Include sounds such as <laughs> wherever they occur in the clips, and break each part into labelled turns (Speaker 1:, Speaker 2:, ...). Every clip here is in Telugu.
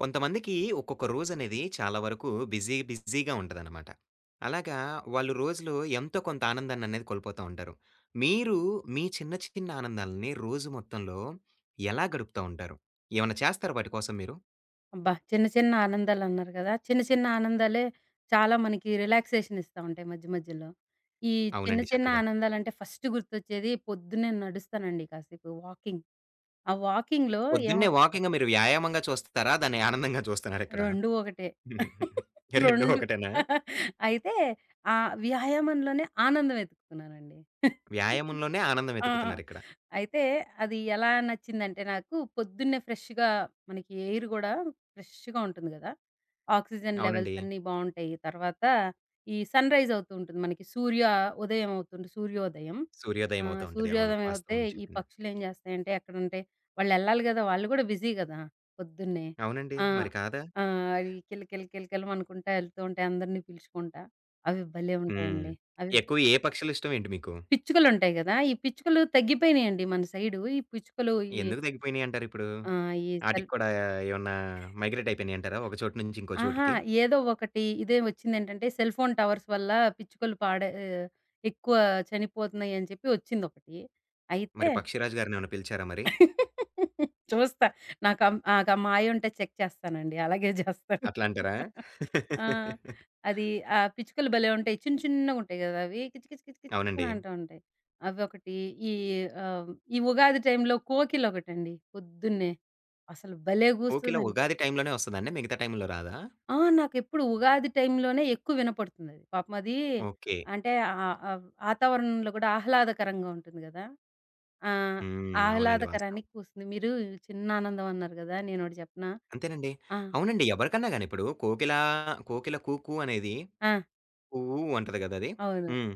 Speaker 1: కొంతమందికి ఒక్కొక్క రోజనేది చాలా వరకు బిజీ బిజీగా ఉంటదనమాట. అలాగా వాళ్ళు రోజులో ఎంతో కొంత ఆనందాన్ననేది కోల్పోతా ఉంటారు. మీరు మీ చిన్న చిన్న ఆనందాలని రోజు మొత్తంలో ఎలా గడుపుతా ఉంటారు? ఏమన్నా చేస్తారా వాటి కోసం మీరు?
Speaker 2: అబ్బా! చిన్న చిన్న ఆనందాలన్నారు గదా! చిన్న చిన్న ఆనందాలే చాలా మనకి రిలాక్సేషన్ ఇస్తా ఉంటాయి మధ్య మధ్యలో. ఈ చిన్న
Speaker 1: అవునండి.
Speaker 2: చిన్న
Speaker 1: చక్కగా.
Speaker 2: ఆనందాలంటే ఫస్ట్ గుర్తొచ్చేది పొద్దున్నే నడుస్తానండి కాసేపు వాకింగ్. ఆ వాకింగ్‌లో ఏమవు
Speaker 1: పొద్దున్నే వాకింగ్ మీరు వ్యాయామంగా చూస్తారా? దాన్ని ఆనందంగా చూస్తున్నారిక్కడ?
Speaker 2: 2 ఒకటే.
Speaker 1: 2
Speaker 2: <laughs>
Speaker 1: <laughs>
Speaker 2: 2
Speaker 1: ఒకటేనా?
Speaker 2: <laughs> అయితే ఆ వ్యాయామంలోనే ఆనందం వెతుకుతున్నానండి. <laughs>
Speaker 1: వ్యాయామంలోనే ఆనందం
Speaker 2: ఆ!
Speaker 1: వెతుకుతున్నారిక్కడ.
Speaker 2: అయితే అది ఎలా నచ్చిందంటే, నాకు పొద్దున్నే ఫ్రెష్‌గా మనకి ఎయిర్ గూడా ఫ్రెష్‌గా ఉంటుంది గదా! ఆక్సిజన్ లెవెల్స్
Speaker 1: అవునండి.
Speaker 2: అన్నీ బావుంటాయి. తర్వాత ఈ సన్‌రైజ్ అవుతూ ఉంటుంది. మనకి సూర్య ఉదయం అవుతుంది. సూర్యోదయం.
Speaker 1: సూర్యోదయం అవుతా ఉంటది. అవును.
Speaker 2: సూర్యోదయం అవుతే
Speaker 1: వాస్తవం మీరు
Speaker 2: ఈ
Speaker 1: చెప్పింది.
Speaker 2: పక్షులేం జేస్తాయంటే, ఎక్కడంటే వాళ్ళెళ్ళాలి గదా! వాళ్ళు గూడా బిజీ గదా పొద్దున్నే.
Speaker 1: అవునండి.
Speaker 2: ఆ!
Speaker 1: మరి కాదా?
Speaker 2: ఆ! ఈ కిలకిల కిలకిలమనుకుంటా ఎళ్తూ ఉంటాయి అందరిని పిలుచుకుంటా. అవి భలే
Speaker 1: హ్మ్.
Speaker 2: ఉంటాయండి. అవి
Speaker 1: ఎక్కువ ఏ పక్షులిష్టమేంటి మీకు?
Speaker 2: పిచ్చుకలుంటాయి గదా! ఈ పిచ్చుకలు తగ్గిపోయినాయండి మన సైడు. ఈ పిచ్చుకలు ఈ
Speaker 1: ఎందుకు తగ్గిపోయినియంటారిప్పుడు?
Speaker 2: ఆ! ఈ సెల్
Speaker 1: ఆటికి కూడా ఏమన్నా మైగ్రేట్ అయిపోయినియంటారా? ఒక చోటు నుంచి ఇంకో
Speaker 2: అహా!
Speaker 1: చోటుకి?
Speaker 2: ఏదో ఒకటి ఇదే వచ్చిందేంటంటే, సెల్ ఫోన్ టవర్స్ వల్ల పిచ్చుకలు పాడే ఎక్కువ చనిపోతున్నాయి అని చెప్పి వచ్చిందొకటి. అయితే
Speaker 1: మరి పక్షిరాజు గారినేమన్నా పిలిచారా మరి?
Speaker 2: చూస్తా. నాకు ఆ మాయ ఉంటే చెక్ చేస్తానండి. అలాగే చేస్తాను.
Speaker 1: అట్లా అంటారా?
Speaker 2: ఆ! అది ఆ పిచ్చుకలు భలే ఉంటాయి. చిన్న చిన్నగుంటాయి గదా! అవి కిచ్ కిచ్ కిచ్ కిచ్ కిచ్ అని
Speaker 1: అవునండి.
Speaker 2: అంటూ ఉంటాయి. అవొకటి. ఈ ఆహ్, ఈ ఉగాది టైంలో కోకిలొకటండి పొద్దున్నే. అసలు భలే
Speaker 1: కోకిల
Speaker 2: గూస్తదండి!
Speaker 1: ఉగాది టైంలోనే వస్తదండి. మిగతా టైంలో రాదా?
Speaker 2: ఆ! నాకెప్పుడు ఉగాది టైంలోనే ఎక్కువ వినపడుతుందది. పాపం అది
Speaker 1: ఓకే.
Speaker 2: అంటే ఆహ్, ఆహ్, వాతావరణంలో గూడా ఆహ్లాదకరంగా ఉంటుంది గదా! ఆ!
Speaker 1: హ్మ్. అవునండి. వాస్తవం.
Speaker 2: ఆహ్లాదకరానికి కూస్తుంది. మీరు చిన్నానందం అన్నారు గదా! నేనొకటి జెప్పనా?
Speaker 1: అంతేనండి.
Speaker 2: ఆ!
Speaker 1: అవునండి. ఎవరికన్నా గాని ఇప్పుడు కోకిల, కోకిల 'కుకు' అనేది
Speaker 2: ఆ!
Speaker 1: 'ఊ' అంటది గదా! అది.
Speaker 2: అవును.
Speaker 1: హ్మ్.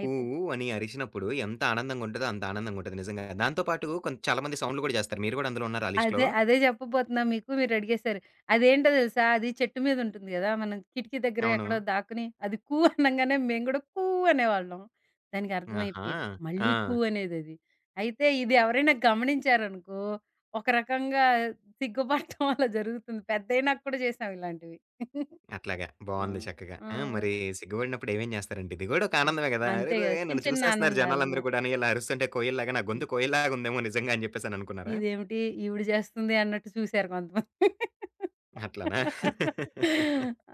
Speaker 1: కూ అని అరిచినప్పుడు ఎంత ఆనందంగుంటదో అంత ఆనందంగుంటది నిజంగా. దాంతో పాటు కొంత చాలా మంది సౌండ్‌లు గూడా జేస్తారు. మీరు గూడా అందులో ఉన్నారా ఆ లిస్ట్‌లో?
Speaker 2: అదే, అదే జెప్పబోతున్నా మీకు. మీరు అడిగేశారు. అదేంటో దెలుసా? అది చెట్టు మీద ఉంటుంది గదా! మనం కిటికీ దగ్గర
Speaker 1: అవును.
Speaker 2: ఎక్కడో దాక్కుని అది కూ <laughs> అనంగానే మేము గూడా కూ అనేవాళ్ళం. దానికి
Speaker 1: ఆహా!
Speaker 2: అర్థమైపోయేది.
Speaker 1: ఆ!
Speaker 2: మళ్ళీ కూ అనేదది. అయితే ఇది ఎవరైనా గమనించారనుకో, ఒక రకంగా సిగ్గుపడటం <laughs> అలా జరుగుతుంది. పెద్దయినాక కూడా చేసాం ఇలాంటివి.
Speaker 1: అట్లాగా.
Speaker 2: ఆ!
Speaker 1: బావుంది చక్కగా.
Speaker 2: ఆ!
Speaker 1: ఆ! మరి సిగ్గుబడినప్పుడు ఏమేం జేస్తారండి? ఇది గూడా ఒక
Speaker 2: హ్మ్.
Speaker 1: ఆనందమే గదా!
Speaker 2: అంతే
Speaker 1: అరెరే!
Speaker 2: గదా! చిన్న
Speaker 1: నన్ను
Speaker 2: చిన్న
Speaker 1: చూసేస్తున్నారు
Speaker 2: ఆనందాలన్నా.
Speaker 1: జనాలందరూ గూడాను ఇలా అరుస్తుంటే కోయిల్లాగా నా గొంతు కోయిల్లాగుందేమో నిజంగా అని జెప్పేసననుకున్నారా?
Speaker 2: ఇదేమిటి ఈవిడ చేస్తుంది అన్నట్టు చూసారు కొంతమంది.
Speaker 1: అట్లనా? <laughs>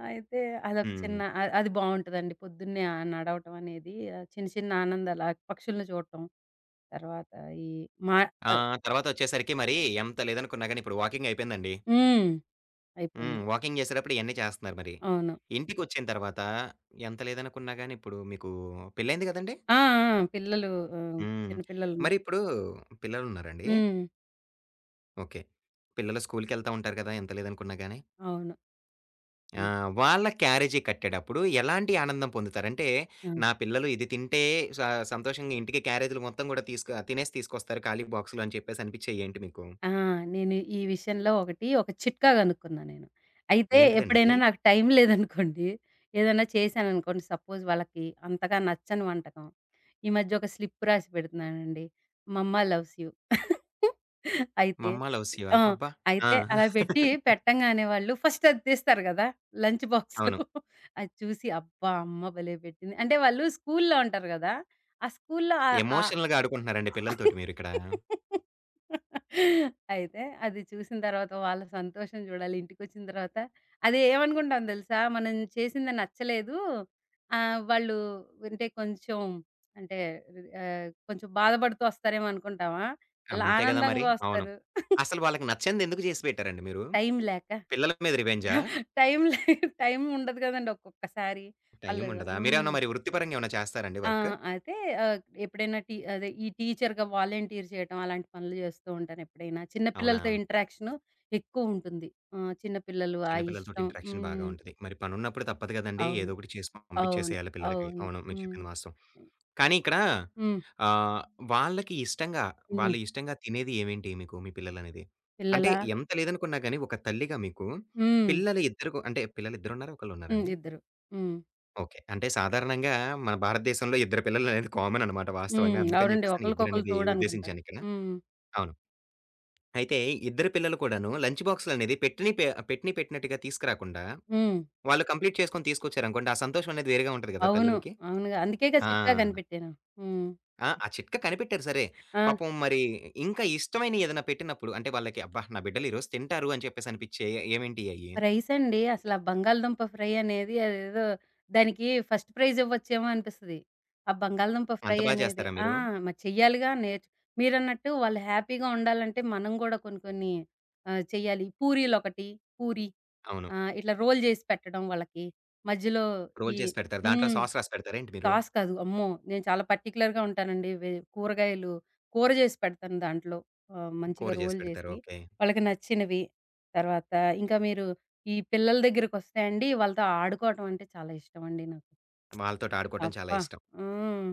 Speaker 2: అయితే అదొక చిన్న
Speaker 1: హ్మ్.
Speaker 2: అది బావుంటదండి. పొద్దున్నే ఆ నడవటం అనేది చిన్న చిన్న ఆనందాలు, ఆ పక్షుల్ని చూడటం. తర్వాత ఈ మా
Speaker 1: ఆ!
Speaker 2: ఆహ్,
Speaker 1: తర్వాతొచ్చేసరికి మరి ఎంత లేదనుకున్నా గాని ఇప్పుడు వాకింగయిపోయిందండి.
Speaker 2: హ్మ్.
Speaker 1: హ్మ్.
Speaker 2: అయిపోయింది.
Speaker 1: వాకింగ్ జేసేటప్పుడు ఇయన్నీ చేస్తన్నారు మరి.
Speaker 2: అవును.
Speaker 1: ఇంటికొచ్చిన తర్వాత ఎంత లేదనుకున్నా గాని ఇప్పుడు మీకు పెళ్లయింది గదండీ!
Speaker 2: ఆ! ఆ! పిల్లలు, ఆహ్,
Speaker 1: హ్మ్.
Speaker 2: చిన్న పిల్లలున్నారు.
Speaker 1: మరి ఇప్పుడు పిల్లలున్నారండి?
Speaker 2: హ్మ్.
Speaker 1: ఓకే. పిల్లలు స్కూలుకెళ్తా ఉంటారు కదా! ఎంత లేదనుకున్నా గాని.
Speaker 2: అవును.
Speaker 1: ఆ!
Speaker 2: హ్మ్.
Speaker 1: వాళ్ళ క్యారేజీ కట్టేటప్పుడు ఎలాంటి ఆనందం పొందుతారు? అంటే
Speaker 2: ఆ!
Speaker 1: నా పిల్లలు ఇది తింటే స సంతోషంగా ఇంటికి క్యారేజీలు మొత్తం గూడా తీసుక తినేసి తీసుకొస్తారు ఖాళీ బాక్స్‌లో అని చెప్పేసి అనిపిచ్చేయి ఏంటి మీకు?
Speaker 2: ఆ! నేను ఈ విషయంలో ఒక చిట్కా కనుక్కున్నా నేను. అయితే
Speaker 1: ఏంటిదండది?
Speaker 2: ఎప్పుడైనా నాకు టైం లేదనుకోండి, ఏదైనా చేశాననుకోండి, సపోజ్ వాళ్ళకి అంతగా నచ్చని వంటకం. ఈ మధ్య ఒక స్లిప్ రాసి పెడుతున్నానండి. మమ్మ లవ్స్ యూ. అయితే
Speaker 1: 'మమ్మ లవ్
Speaker 2: ఆ!
Speaker 1: శివ' అబ్బా! ఆ!
Speaker 2: అయితే అలా పెట్టి, పెట్టంగానే వాళ్ళు ఫస్ట్ అది తీస్తారు కదా లంచ్ బాక్స్‌లో.
Speaker 1: అవును.
Speaker 2: అది చూసి అబ్బా! అమ్మ భలే పెట్టింది. అంటే వాళ్ళు స్కూల్‌లో ఉంటారు కదా! ఆ స్కూల్‌లో ఆ ఆ
Speaker 1: ఎమోషనల్‌గా ఆడుకుంటున్నారండి పిల్లలతోటి మీరిక్కడ.
Speaker 2: అయితే అది చూసిన తర్వాత వాళ్ళ సంతోషం చూడాలి. ఇంటికొచ్చిన తర్వాత అది ఏమనుకుంటాం తెలుసా? మనం చేసింది నచ్చలేదు, ఆహ్, వాళ్ళు అంటే కొంచెం అంటే ఆహ్, కొంచెం బాధపడుతూ వస్తారేమో అనుకుంటామా? అలా
Speaker 1: అంతే గదా మరి.
Speaker 2: ఆనందంగా
Speaker 1: అవును.
Speaker 2: వస్తారు.
Speaker 1: అసలు వాళ్ళకి నచ్చనిది ఎందుకు జేసి పెట్టారండి మీరు?
Speaker 2: టైం లేక.
Speaker 1: పిల్లల మీద రివెంజా?
Speaker 2: <laughs> టైం లే టైం ఉండదు కదండీ ఒక్కొక్కసారి.
Speaker 1: టైం
Speaker 2: ఆళ్ళు
Speaker 1: ఉండదా?
Speaker 2: హ్మ్.
Speaker 1: మీరేమన్నా మరి వృత్తిపరంగా ఏమన్నా చేస్తారండి
Speaker 2: ఆ!
Speaker 1: వర్క్?
Speaker 2: అయితే ఆహ్, ఎప్పుడైనా టీ అదే ఈ టీచర్‌గా వాలంటీర్ చేయటం, అలాంటి పనులు చేస్తూ ఉంటాను ఎప్పుడైనా. చిన్న
Speaker 1: అవునా?
Speaker 2: పిల్లలతో ఇంటరాక్షను ఎక్కువుంటుంది. ఆ! చిన్న పిల్లలు, ఆ
Speaker 1: చిన్న పిల్లలతోటి
Speaker 2: ఇష్టం.
Speaker 1: ఇంటరాక్షన్ బాగా
Speaker 2: హ్మ్.
Speaker 1: ఉంటది. మరి పనున్నప్పుడు తప్పదు గదండీ!
Speaker 2: అవును.
Speaker 1: ఏదో ఒకటి చేసి
Speaker 2: అవును.
Speaker 1: పంపించేసేయాలి పిల్లలకి.
Speaker 2: అవును.
Speaker 1: అవును. మీరు
Speaker 2: హ్మ్.
Speaker 1: చెప్పింది వాస్తవం. కానీ ఇక్కడ
Speaker 2: హ్మ్.
Speaker 1: ఆహ్, వాళ్ళకి ఇష్టంగా,
Speaker 2: హ్మ్.
Speaker 1: వాళ్ళు ఇష్టంగా తినేది ఏమేంటి మీకు మీ పిల్లలనేది? అంటే
Speaker 2: పిల్లలా?
Speaker 1: ఎంత లేదనుకున్నా గాని ఒక తల్లిగా మీకు
Speaker 2: హ్మ్.
Speaker 1: పిల్లలు ఇద్దరు అంటే పిల్లలిద్దరున్నారా?
Speaker 2: హ్మ్.
Speaker 1: ఒకళ్ళున్నారండి?
Speaker 2: ఇద్దరు. హ్మ్.
Speaker 1: ఓకే. అంటే సాధారణంగా మన భారతదేశంలో ఇద్దరు పిల్లలనేది కామన్ అనమాట వాస్తవంగా.
Speaker 2: హ్మ్.
Speaker 1: అందుకని
Speaker 2: అవునండి.
Speaker 1: జెప్పేసని
Speaker 2: ఒకళ్ళకొకళ్ళు
Speaker 1: ఇద్దరనేది
Speaker 2: తోడనుకుంటాను.
Speaker 1: ఉద్దేశించానిక్కడ.
Speaker 2: హ్మ్.
Speaker 1: అవును. అయితే ఇద్దరు పిల్లలు కూడాను లంచ్ బాక్స్‌లనేది పెట్టినయి పెట్టినయి పెట్టినట్టుగా తీసుకురాకుండా,
Speaker 2: హ్మ్.
Speaker 1: వాళ్ళు కంప్లీట్ చేసుకొని తీసుకొచ్చారనుకోండి, ఆ సంతోషం అనేది వేరుగా ఉంటది గదా!
Speaker 2: అవును.
Speaker 1: తల్లులకి.
Speaker 2: అవునుగా. అందుకేగా
Speaker 1: ఆ!
Speaker 2: చిట్కా కనిపెట్టాను. హ్మ్.
Speaker 1: ఆ! ఆ చిట్కా కనిపెట్టారు సరే.
Speaker 2: ఆ!
Speaker 1: పాపం మరి ఇంకా ఇష్టమైనయి ఏదైనా పెట్టినప్పుడు అంటే వాళ్ళకి అబ్బా! నా బిడ్డలు ఈరోజు తింటారు అని చెప్పేసి అనిపిచ్చేయి ఏమేంటియి అయ్యి?
Speaker 2: ప్రైస్ అండి. అసల ఆ బంగాళదుంప ఫ్రై అనేది, అదేదో దానికి ఫస్ట్ ప్రైజ్ ఇవ్వచ్చేమో అనిపిస్తది, ఆ బంగాళదుంప ఫ్రై
Speaker 1: అంత బా
Speaker 2: అనేది.
Speaker 1: చేస్తారా
Speaker 2: ఆ!
Speaker 1: మీరు?
Speaker 2: మరి చెయ్యాలిగా. మీరన్నట్టు వాళ్ళు హ్యాపీగా ఉండాలంటే మనం గూడా కొన్ని కొన్ని చెయ్యాలి. పూరీలొకటి. పూరి
Speaker 1: అవును.
Speaker 2: ఇట్లా రోల్ జేసి పెట్టడం వాళ్ళకి. మధ్యలో
Speaker 1: రోల్
Speaker 2: ఈ
Speaker 1: చేసి పెడతారు. దాంట్లో
Speaker 2: హ్మ్.
Speaker 1: సాస్ రాసి పెడతారా ఏంటి మీరు?
Speaker 2: సాస్ కాదు. అమ్మో! నేను చాలా పర్టిక్యులర్‌గా ఉంటానండి. కూరగాయలు కూర జేసి పెడతాను దాంట్లో, ఆహ్, మంచిగా
Speaker 1: కూర చేసి
Speaker 2: రోల్
Speaker 1: పెడతారు.
Speaker 2: జేసి,
Speaker 1: ఓకే.
Speaker 2: వాళ్ళకి నచ్చినవి. తర్వాత ఇంకా మీరు ఈ పిల్లల దగ్గరకొస్తే అండి, వాళ్ళతో ఆడుకోవటం అంటే చాలా ఇష్టమండి నాకు.
Speaker 1: వాళ్ళతోటి ఆడుకోవటం చాలా
Speaker 2: అబ్బా!
Speaker 1: ఇష్టం.
Speaker 2: హ్మ్.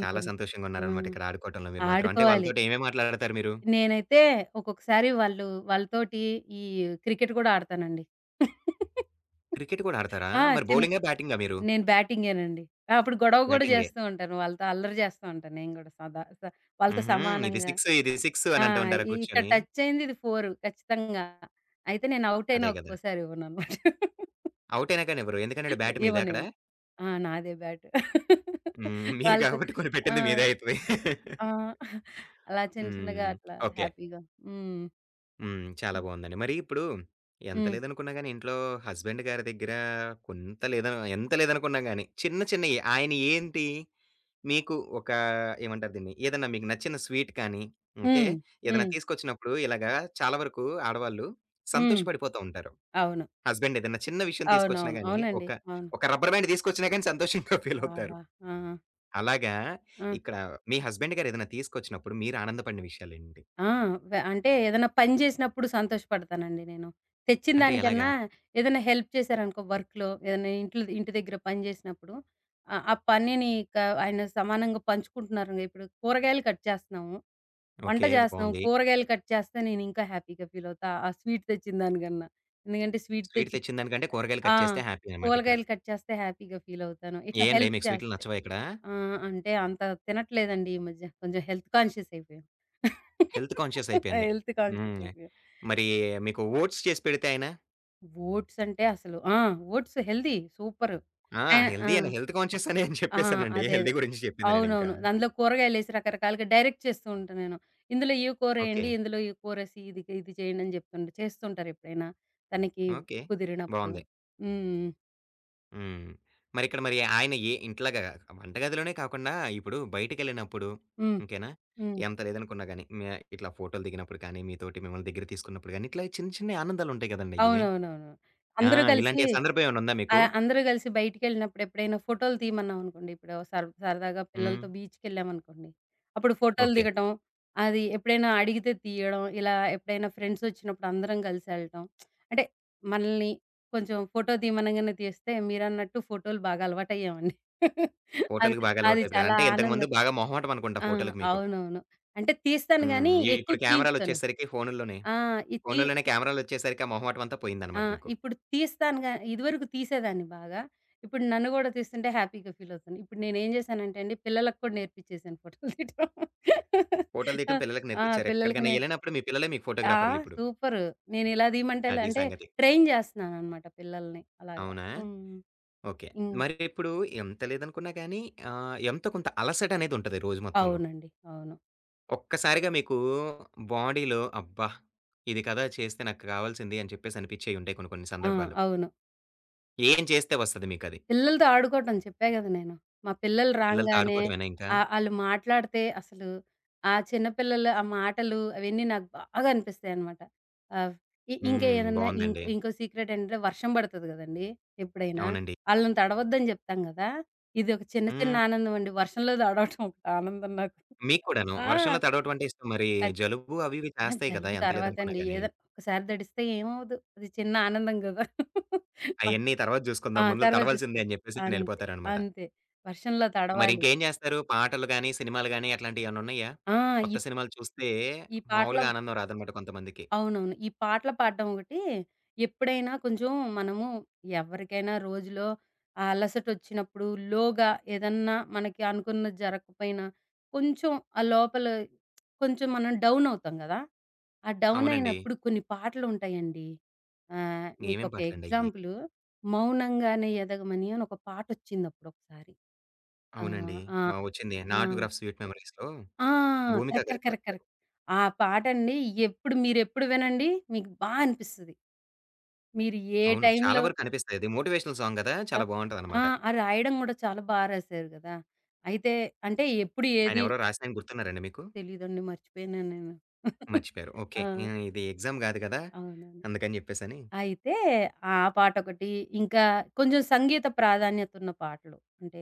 Speaker 1: చాలా సంతోషంగా ఉన్నారనమాట
Speaker 2: హ్మ్.
Speaker 1: ఇక్కడ ఆడుకోవటంలో మీరు మాత్రం. అంటే
Speaker 2: ఆడుకోవాలి.
Speaker 1: వాళ్ళతోటి ఏమేమి ఆటలాడతారు మీరు?
Speaker 2: నేనైతే ఒక్కొక్కసారి వాళ్ళతోటి ఈ క్రికెట్ గూడా ఆడతానండి. <laughs>
Speaker 1: క్రికెట్ కూడా ఆడతారా?
Speaker 2: ఆ!
Speaker 1: మరి
Speaker 2: చిన్న
Speaker 1: బౌలింగా? బ్యాటింగా మీరు?
Speaker 2: నేను బ్యాటింగేనండి. ఆ! అప్పుడు గొడవ గూడా
Speaker 1: బ్యాటింగే.
Speaker 2: జేస్తూ ఉంటాను. వాళ్ళతో అల్లరి జేస్తూ ఉంటాను నేను గూడా సదా స వాళ్ళతో
Speaker 1: హుహు. ఇది
Speaker 2: సమానంగా.
Speaker 1: 6 ఇది 6
Speaker 2: ఆ!
Speaker 1: అని అంటూ ఉంటారా
Speaker 2: ఇక్కడ
Speaker 1: కూర్చొని?
Speaker 2: టచ్ అయింది, ఇది 4 ఖచ్చితంగా. అయితే నేను ఔట్ అయినా
Speaker 1: అదే కదా!
Speaker 2: ఒక్కోసారి ఇవ్వననమాట.
Speaker 1: ఔట్ అయినా కానివ్వరు. ఎందుకంటే బ్యాట్ మీదా అక్కడ?
Speaker 2: ఇవ్వనివ్వను. ఆ! నాదే బ్యాట్.
Speaker 1: హ్మ్. మీరు
Speaker 2: వాళ్ళతో
Speaker 1: కాబట్టి
Speaker 2: ఆ!
Speaker 1: కొనిపెట్టింది మీదే అయితది.
Speaker 2: ఆ! అలా చిన్న చిన్నగా
Speaker 1: హ్మ్.
Speaker 2: అట్లా
Speaker 1: ఓకే.
Speaker 2: హ్యాపీగా. హ్మ్.
Speaker 1: హ్మ్. చాలా
Speaker 2: హ్మ్.
Speaker 1: బావుందండి. మరి ఇప్పుడు ఎంత
Speaker 2: హ్మ్.
Speaker 1: లేదనుకున్నా గాని ఇంట్లో హస్బెండ్ గారి దగ్గర కొంత లేదను ఎంత లేదనుకున్నా గాని చిన్న చిన్నయి ఆయన ఏంటి? మీకు ఒక ఏమంటారు దీన్ని? ఏదన్నా మీకు నచ్చిన స్వీట్ కానీ, ఓకే.
Speaker 2: హ్మ్.
Speaker 1: ఏదైనా
Speaker 2: హ్మ్.
Speaker 1: తీసుకొచ్చినప్పుడు ఇలాగా చాలా వరకు ఆడవాళ్ళు
Speaker 2: హ్మ్.
Speaker 1: సంతోషపడిపోతూ ఉంటారు.
Speaker 2: అవును.
Speaker 1: హస్బెండ్ ఏదైనా చిన్న విషయం తీసుకొచ్చినా
Speaker 2: అవునవును.
Speaker 1: గాని,
Speaker 2: అవునండి.
Speaker 1: ఒక
Speaker 2: అవును.
Speaker 1: ఒక రబ్బర్ బ్యాండ్ తీసుకొచ్చినా గాని సంతోషంగా ఫీల్ అవుతారు.
Speaker 2: ఆహా! ఆ!
Speaker 1: అలాగా
Speaker 2: ఆ!
Speaker 1: ఇక్కడ మీ హస్బెండ్ గారు ఏదైనా తీసుకొచ్చినప్పుడు మీరు ఆనందపడిన విషయాలేంటి?
Speaker 2: ఆ! అంటే ఏదైనా పని జేసినప్పుడు సంతోషపడతానండి నేను, తెచ్చిన
Speaker 1: అంటే ఎలాగా?
Speaker 2: దానికన్నా. ఏదైనా హెల్ప్ చేశారనుకో, వర్క్‌లో ఏదైనా, ఇంట్లో ఇంటి దగ్గర పని జేసినప్పుడు, ఆహ్, ఆ పనిని క ఆయన సమానంగా పంచుకుంటున్నారు. ఇప్పుడు కూరగాయలు కట్ చేస్తున్నాము. వంట
Speaker 1: ఓకే.
Speaker 2: చేస్తాం.
Speaker 1: బావుంది.
Speaker 2: కూరగాయలు కట్ చేస్తే నేనింకా హ్యాపీగా ఫీలవుతా, ఆ స్వీట్ తెచ్చిన దానికన్నా. ఎందుకంటే స్వీట్
Speaker 1: స్వీట్
Speaker 2: తెచ్చి,
Speaker 1: తెచ్చిన దానికంటే కూరగాయలు
Speaker 2: ఆ!
Speaker 1: కట్ చేస్తే హ్యాపీ అనమాట ఇక్కడ.
Speaker 2: కూరగాయలు కట్ చేస్తే హ్యాపీగా ఫీలవుతాను ఇట్లా
Speaker 1: ఏండి
Speaker 2: హెల్ప్
Speaker 1: మీకు స్వీట్లు
Speaker 2: చేస్తే.
Speaker 1: నచ్చవా ఇక్కడ?
Speaker 2: ఆ! అంటే అంత తినట్లేదండి ఈ మధ్య. కొంచెం హెల్త్ కాన్షియస్ అయిపోయాం.
Speaker 1: హెల్త్ కాన్షియస్
Speaker 2: <laughs>
Speaker 1: అయిపోయింది.
Speaker 2: హెల్త్ కాన్షియస్
Speaker 1: హ్మ్.
Speaker 2: అయిపోయాం.
Speaker 1: మరి మీకు ఓట్స్ చేసి పెడితే ఆయన?
Speaker 2: ఓట్స్ అంటే అసలు, ఆ! Oats healthy. సూపరు.
Speaker 1: ఆ!
Speaker 2: ఆ! ఆ!
Speaker 1: హెల్తీ అని హెల్త్ కాన్షియస్ అనే అని
Speaker 2: ఆ!
Speaker 1: చెప్పేసానండి.
Speaker 2: అదే.
Speaker 1: హెల్తీ గురించి చెప్పింది నేనింకా.
Speaker 2: అవునవును. అందులో కూరగాయలేసి రకరకాలుగా డైరెక్ట్ చేస్తూ ఉంటా నేను. ఇందులో ఈ
Speaker 1: ఓకే.
Speaker 2: కూరేయండి, ఇందులో ఈ కూరేసి ఇది ఇది చేయండి అని చేస్తుంటారు ఎప్పుడైనా తనకి
Speaker 1: ఓకే.
Speaker 2: కుదిరినప్పుడు.
Speaker 1: బావుంది.
Speaker 2: హ్మ్.
Speaker 1: హ్మ్. మరిక్కడ మరి ఆయన ఏ ఇంట్లాగా వంటగదిలోనే కాకుండా ఇప్పుడు బయటికెళ్ళినప్పుడు
Speaker 2: హ్మ్.
Speaker 1: ఓకేనా?
Speaker 2: హ్మ్.
Speaker 1: ఎంత లేదనుకున్నా గాని మ్యా ఇట్లా ఫోటోలు దిగినప్పుడు కానీ, మీతోటి మిమ్మల్ని దగ్గర తీసుకున్నప్పుడు గాని, ఇట్లా చిన్న చిన్న ఆనందాలుంటాయి గదండయ్యి.
Speaker 2: అవునవునవును.
Speaker 1: ఆ!
Speaker 2: అందరూ కలిసి
Speaker 1: ఇలాంటి సందర్భం ఏమైనా ఉందా
Speaker 2: ఆ!
Speaker 1: మీకు?
Speaker 2: అందరూ కలిసి బయటికెళ్ళినప్పుడు ఎప్పుడైనా ఫోటోలు తీయమన్నామనుకోండి. ఇప్పుడు సరదాగా
Speaker 1: హ్మ్.
Speaker 2: పిల్లలతో బీచ్‌కెళ్ళామనుకోండి. అప్పుడు ఫోటోలు
Speaker 1: ఓకే.
Speaker 2: దిగటం, అది ఎప్పుడైనా అడిగితే తీయడం, ఇలా ఎప్పుడైనా ఫ్రెండ్స్ వచ్చినప్పుడు అందరం కలిసి ఎళ్ళటం. అంటే మనల్ని కొంచెం ఫోటో తీయమనంగానే తీస్తే, మీరన్నట్టు ఫోటోలు బాగా అలవాటయ్యామండి. <laughs> అది
Speaker 1: ఫోటోలకి బాగా
Speaker 2: అది
Speaker 1: అలవాటయిపోయారు.
Speaker 2: చాలా
Speaker 1: అంటే
Speaker 2: ఆనంద,
Speaker 1: ఇంతకుముందు బాగా మొహమాటం అనుకుంటా
Speaker 2: ఆ!
Speaker 1: ఫోటోలకి మీకు.
Speaker 2: అవునవును. అంటే తీస్తాను
Speaker 1: హ్మ్.
Speaker 2: గానీ ఎక్కువ
Speaker 1: ఇప్పుడు
Speaker 2: తీయించుకోను.
Speaker 1: కెమెరాలొచ్చేసరికి ఫోనుల్లోనే,
Speaker 2: ఆ! ఈ తీ
Speaker 1: ఫోనుల్లోనే కెమెరాలొచ్చేసరికి ఆ మొహమాటం అంతా
Speaker 2: ఆ!
Speaker 1: పోయిందనమాట మీకు.
Speaker 2: ఇప్పుడు తీస్తాను గా, ఇదివరకు తీసేదాన్ని బాగా. ఇప్పుడు నన్ను గూడా తీస్తుంటే హ్యాపీగా ఫీల్ అవుతాను. ఇప్పుడు నేనేం చేశానంటే అండి, పిల్లలకి కూడా నేర్పించేసాను ఫోటోలు తీయటం.
Speaker 1: ఫోటోలు
Speaker 2: ఆ!
Speaker 1: తీయటం పిల్లలకి
Speaker 2: ఆ!
Speaker 1: నేర్పిచ్చారు.
Speaker 2: పిల్లలకి
Speaker 1: ఎక్కడికైనా
Speaker 2: నేను,
Speaker 1: ఎళ్ళినప్పుడు మీ పిల్లలే మీకు
Speaker 2: ఆ!
Speaker 1: ఫోటోగ్రాఫర్‌లిప్పుడు.
Speaker 2: సూపరు. నేను ఇలా తీయమంటే ఎలా
Speaker 1: అది
Speaker 2: అంటే
Speaker 1: సంగతి.
Speaker 2: ట్రైన్ చేస్తున్నాననమాట పిల్లల్ని అలాగా.
Speaker 1: అవునా?
Speaker 2: హ్మ్.
Speaker 1: ఓకే.
Speaker 2: హ్మ్.
Speaker 1: మరి ఇప్పుడు ఎంత లేదనుకున్నా గానీ ఎంతో కొంత అలసటనేదుంటది రోజు మొత్తంలో.
Speaker 2: అవునండి. అవును.
Speaker 1: ఒక్కసారిగా మీకు బాడీలో అబ్బా! ఇది కదా చేస్తే నాకు కావాల్సింది అని చెప్పేసి అనిపిచ్చేయుంటాయి కొన్ని కొన్ని
Speaker 2: ఆ!
Speaker 1: సందర్భాలు.
Speaker 2: అవును.
Speaker 1: ఏం చేస్తే వస్తది మీకది?
Speaker 2: పిల్లలతో ఆడుకోవటం చెప్పా గదా నేను. మా పిల్లలు
Speaker 1: పిల్లలతో
Speaker 2: రాంగానే,
Speaker 1: ఆడుకోవటమేనా ఇంకా?
Speaker 2: ఆహ్, ఆళ్ళు మాట్లాడితే అసలు, ఆ చిన్న పిల్లలు ఆ మాటలు అవన్నీ నాకు బాగా అనిపిస్తాయనమాట. ఆహ్, ఇ ఇంకా
Speaker 1: హ్మ్.
Speaker 2: ఏదన్నా ఇంకో
Speaker 1: బావుందండి.
Speaker 2: ఇంకో సీక్రెట్ ఏంటంటే, వర్షం పడతది గదండీ ఎప్పుడైనా.
Speaker 1: అవునండి.
Speaker 2: ఆళ్ళని తడవద్దని జెప్తాం గదా! ఇదొక చిన్న చిన్న
Speaker 1: హ్మ్.
Speaker 2: ఆనందం అండి, వర్షంలో తడవటం ఒక ఆనందం నాకు.
Speaker 1: మీకు కూడాను
Speaker 2: ఆ!
Speaker 1: వర్షంలో తడవటం అంటే ఇష్టం. మరి
Speaker 2: అద్
Speaker 1: జలుబు అవి ఇవి
Speaker 2: ఆ!
Speaker 1: చేస్తాయి కదా!
Speaker 2: జలుబు
Speaker 1: ఎంత లేదనుకున్నా
Speaker 2: తర్వాతండి.
Speaker 1: గాని.
Speaker 2: ఏదో ఒక్కసారి తడిస్తే ఏమవ్వదు. అది చిన్న ఆనందం గదా!
Speaker 1: అయన్నీ తర్వాత
Speaker 2: ఆ!
Speaker 1: జూసుకుందాం. ముందుల
Speaker 2: తర్వాత
Speaker 1: తడవాల్సిందే అని
Speaker 2: చూసుకోవచ్చు.
Speaker 1: జెప్పేసి
Speaker 2: అంతే.
Speaker 1: నేళ్ళిపోతారనమాట.
Speaker 2: అంతే. వర్షంలో
Speaker 1: మరి
Speaker 2: తడవాలి.
Speaker 1: ఇంకేం జేస్తారు? పాటలు గాని, సినిమాలు గాని అట్లాంటియేమన్నా ఉన్నాయా?
Speaker 2: ఆ! ఈ
Speaker 1: కొత్త సినిమాలు చూస్తే
Speaker 2: ఈ పాటల
Speaker 1: మామూలుగా ఆనందం రాదనమాట కొంతమందికి.
Speaker 2: అవునవును. ఈ పాటలు పాడడం ఒకటి. ఎప్పుడైనా కొంచెం మనము, ఎవరికైనా రోజులో ఆ అలసటొచ్చినప్పుడు, లోగా, ఏదన్నా మనకి అనుకున్నది జరగకపోయినా కొంచెం ఆ లోపల కొంచెం మనం డౌన్ అవుతాం గదా! ఆ డౌన్
Speaker 1: అవునండి.
Speaker 2: అయినప్పుడు కొన్ని పాటలుంటాయండి. ఆహ్,
Speaker 1: ఏమేం
Speaker 2: మీకొక
Speaker 1: పాటలండయ్యి?
Speaker 2: ఎగ్జాంపులు, 'మౌనంగానే ఎదగమని' అని ఒక పాటొచ్చిందప్పుడొకసారి. ఆ!
Speaker 1: అవునండి.
Speaker 2: ఆ!
Speaker 1: ఆ! వచ్చింది
Speaker 2: ఆ!
Speaker 1: 'నాటోగ్రాఫ్ స్వీట్ మెమరీస్‌లో'
Speaker 2: ఆ!
Speaker 1: భూమిక
Speaker 2: కరెక్ట్. కరెక్ట్.
Speaker 1: గారు
Speaker 2: కరెక్ట్.
Speaker 1: పాడతారు.
Speaker 2: కరెక్ట్. ఆ పాటండి, మీరెప్పుడు వినండి మీకు బా అనిపిస్తది. మీరు ఏ
Speaker 1: అవును. చాలా
Speaker 2: టైంలో
Speaker 1: వరకు కనిపిస్తాయి. అది మోటివేషనల్ సాంగ్ గదా!
Speaker 2: త
Speaker 1: చాలా
Speaker 2: ఆ!
Speaker 1: బావుంటదనమాట.
Speaker 2: అది రాయడం గూడా చాలా బా రాశారు గదా! అయితే అంటే ఎప్పుడు ఏది
Speaker 1: ఆయనెవరో రాసినాయన గుర్తున్నారండి మీకు?
Speaker 2: తెలీదండి, మర్చిపోయాను నేను.
Speaker 1: మర్చిపోయారు.
Speaker 2: ఆ!
Speaker 1: ఓకే. హ్మ్. ఇది ఎగ్జామ్ గాదు గదా!
Speaker 2: అవునవును.
Speaker 1: అందుకని జెప్పేసని.
Speaker 2: అయితే ఆ పాటొకటి, ఇంకా కొంచెం సంగీత ప్రాధాన్యతున్న పాటలు అంటే,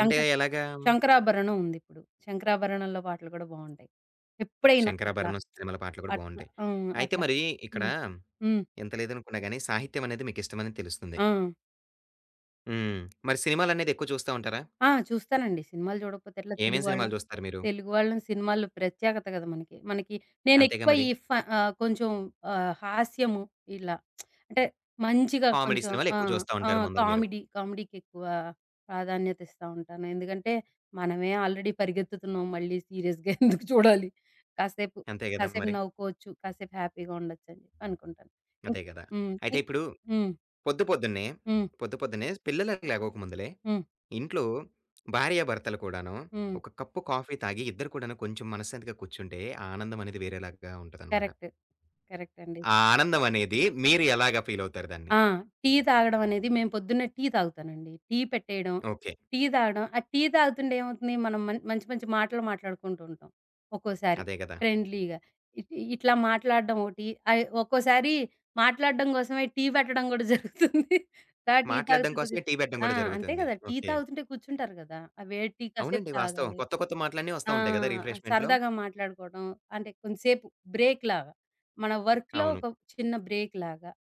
Speaker 1: అంటే ఎలాగా?
Speaker 2: 'శంకరాభరణం' ఉందిప్పుడు. 'శంకరాభరణంలో' పాటలు గూడా బావుంటాయి. ఎప్పుడైనా అట్లా,
Speaker 1: శంకరాభరణం, సిరిమల్లె పాటలు కూడా
Speaker 2: అట్లా.
Speaker 1: బావుంటాయి.
Speaker 2: హ్మ్.
Speaker 1: అయితే
Speaker 2: అట్లా.
Speaker 1: మరి ఇక్కడ
Speaker 2: హ్మ్. హ్మ్.
Speaker 1: ఎంత లేదనుకున్నా గాని సాహిత్యం అనేది మీకిష్టమని తెలుస్తుంది.
Speaker 2: ఆ!
Speaker 1: హ్మ్. మరి సినిమాలనేది ఎక్కువ చూస్తా ఉంటారా?
Speaker 2: ఆ! చూస్తానండి. సినిమాలు చూడకపోతే ఎట్లా,
Speaker 1: ఏమేం
Speaker 2: తెలుగు వాళ్ళం.
Speaker 1: సినిమాలు చూస్తారు మీరు?
Speaker 2: తెలుగు వాళ్ళం, సినిమాల్లో ప్రత్యేకత కదా మనకి! మనకి
Speaker 1: అంతేగా
Speaker 2: నేనెక్కువ
Speaker 1: మరి.
Speaker 2: ఈ ఫ ఆహ్, కొంచెం, ఆహ్, హాస్యము ఇలా, అంటే మంచిగా
Speaker 1: కామెడీ
Speaker 2: కొంచెం,
Speaker 1: సినిమాలు
Speaker 2: ఆ!
Speaker 1: ఎక్కువ చూస్తా
Speaker 2: ఆ!
Speaker 1: ఉంటారు ముందల మీరు.
Speaker 2: కామెడీ, కామెడీకెక్కువ ప్రాధాన్యత ఇస్తా ఉంటాను. ఎందుకంటే మనమే ఆల్రెడీ పరిగెత్తుతున్నాం, మళ్ళీ సీరియస్‌గా <laughs> ఎందుకు చూడాలి. కాసేపు,
Speaker 1: అంతే గదా
Speaker 2: కాసేపు
Speaker 1: మరి.
Speaker 2: నవ్వుకోవచ్చు. కాసేపు హ్యాపీగా ఉండొచ్చని చెప్పి అనుకుంటాను. హ్మ్.
Speaker 1: అదే గదా! అయితే
Speaker 2: హ్మ్.
Speaker 1: ఇప్పుడు
Speaker 2: హ్మ్.
Speaker 1: పొద్దు పొద్దున్నే,
Speaker 2: హ్మ్.
Speaker 1: పొద్దు పొద్దున్నే పిల్లలకి లేగవక ముందులే
Speaker 2: హ్మ్.
Speaker 1: ఇంట్లో భార్యాభర్తలు కూడాను
Speaker 2: హ్మ్.
Speaker 1: ఒక కప్పు కాఫీ తాగి ఇద్దరు కూడాను కొంచెం మనశ్శాంతిగా కూర్చుంటే ఆ ఆనందం అనేది వేరేలాగా ఉంటదనమాట.
Speaker 2: కరెక్ట్. కరెక్ట్ అండి.
Speaker 1: ఆ ఆనందం అనేది మీరు ఎలాగా ఫీలవుతారు దాన్ని?
Speaker 2: ఆ! టీ తాగడం అనేది, మేము పొద్దున్నే టీ తాగుతానండి. టీ పెట్టేయడం,
Speaker 1: ఓకే.
Speaker 2: టీ తాగడం. ఆ టీ తాగుతుంటే ఏమవుతుంది, మనం మంచి మంచి మాటలు మాట్లాడుకుంటూ ఉంటాం. ఒక్కోసారి
Speaker 1: అదే గదా!
Speaker 2: ఫ్రెండ్లీగా. ఇట్లా మాట్లాడడం ఒకటి. అయి ఒక్కోసారి మాట్లాడడం కోసమే టీ పెట్టడం కూడా జరుగుతుంది. దా టీ
Speaker 1: మాట్లాడడం
Speaker 2: తాగుతూ కూర్చో
Speaker 1: కోసమే టీ పెట్టడం
Speaker 2: ఆ!
Speaker 1: గూడా
Speaker 2: అంతే
Speaker 1: జరుగుతుంది.
Speaker 2: కదా! Tea
Speaker 1: okay.
Speaker 2: తాగుతుంటే కూర్చుంటారు కదా! ఆ వేడి టీ కాసేపు
Speaker 1: అవునండి. వాస్తవం.
Speaker 2: తాగాలి.
Speaker 1: కొత్త కొత్త మాటలన్నీ వస్తా
Speaker 2: ఆ!
Speaker 1: ఉంటాయి గదా! రిఫ్రెష్‌మెంట్‌లో.
Speaker 2: సరదాగా మాట్లాడుకోవడం. అంటే కొంతసేపు బ్రేక్‌లాగా. మన వర్క్‌లో
Speaker 1: అవును.
Speaker 2: ఒక చిన్న బ్రేక్‌లాగా.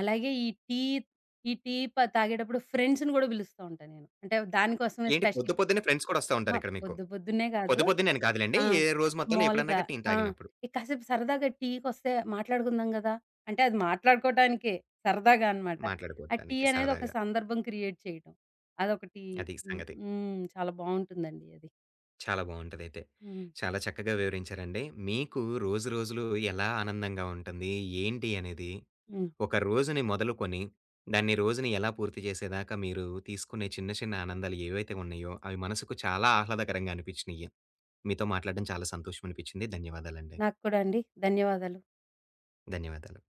Speaker 2: అలాగే ఈ టీ, ఈ టీ ప తాగేటప్పుడు ఫ్రెండ్స్‌ని గూడా పిలుస్తా ఉంటా నేను. అంటే దానికోసమే
Speaker 1: ఏంటి
Speaker 2: స్పెషల్.
Speaker 1: పొద్దు పొద్దున్నే ఫ్రెండ్స్ కూడా వస్తా
Speaker 2: అహా!
Speaker 1: ఉంటారిక్కడ మీకు.
Speaker 2: పొద్దు పొద్దున్నే కాదు.
Speaker 1: పొద్దు పొద్దున్నే అని కాదులెండి.
Speaker 2: ఆ!
Speaker 1: ఏ రోజు మొత్తంలో ఎప్పుడన్నా
Speaker 2: మామూలుగా.
Speaker 1: గాని టీ
Speaker 2: ఆ!
Speaker 1: తాగినప్పుడు
Speaker 2: ఇ కాసేపు సరదాగా టీకొస్తే మాట్లాడుకుందాం గదా! అంటే అది మాట్లాడుకోవటానికే, సరదాగా అనమాట. ఆ టీ
Speaker 1: మాట్లాడుకోవటానికి
Speaker 2: అనేది ఒక
Speaker 1: సరదాగా.
Speaker 2: సందర్భం క్రియేట్ చేయటం. అదొకటి.
Speaker 1: అది
Speaker 2: హ్మ్.
Speaker 1: సంగతి.
Speaker 2: హ్మ్. చాలా బావుంటుందండి అది.
Speaker 1: చాలా బావుంటదయితే.
Speaker 2: హ్మ్.
Speaker 1: చాలా చక్కగా వివరించారండి. మీకు రోజు రోజులు ఎలా ఆనందంగా ఉంటుంది? ఏంటి అనేది
Speaker 2: హ్మ్.
Speaker 1: ఒక రోజుని మొదలుకొని, దాన్ని రోజుని ఎలా పూర్తి చేసేదాకా మీరు తీసుకునే చిన్న చిన్న ఆనందాలు ఏవైతే ఉన్నాయో, అవి మనసుకు చాలా ఆహ్లాదకరంగా అనిపించినియి. మీతో మాట్లాడడం చాలా సంతోషం అనిపించింది. ధన్యవాదాలండి.
Speaker 2: నాకు కూడా అండి. ధన్యవాదాలు.
Speaker 1: ధన్యవాదాలు.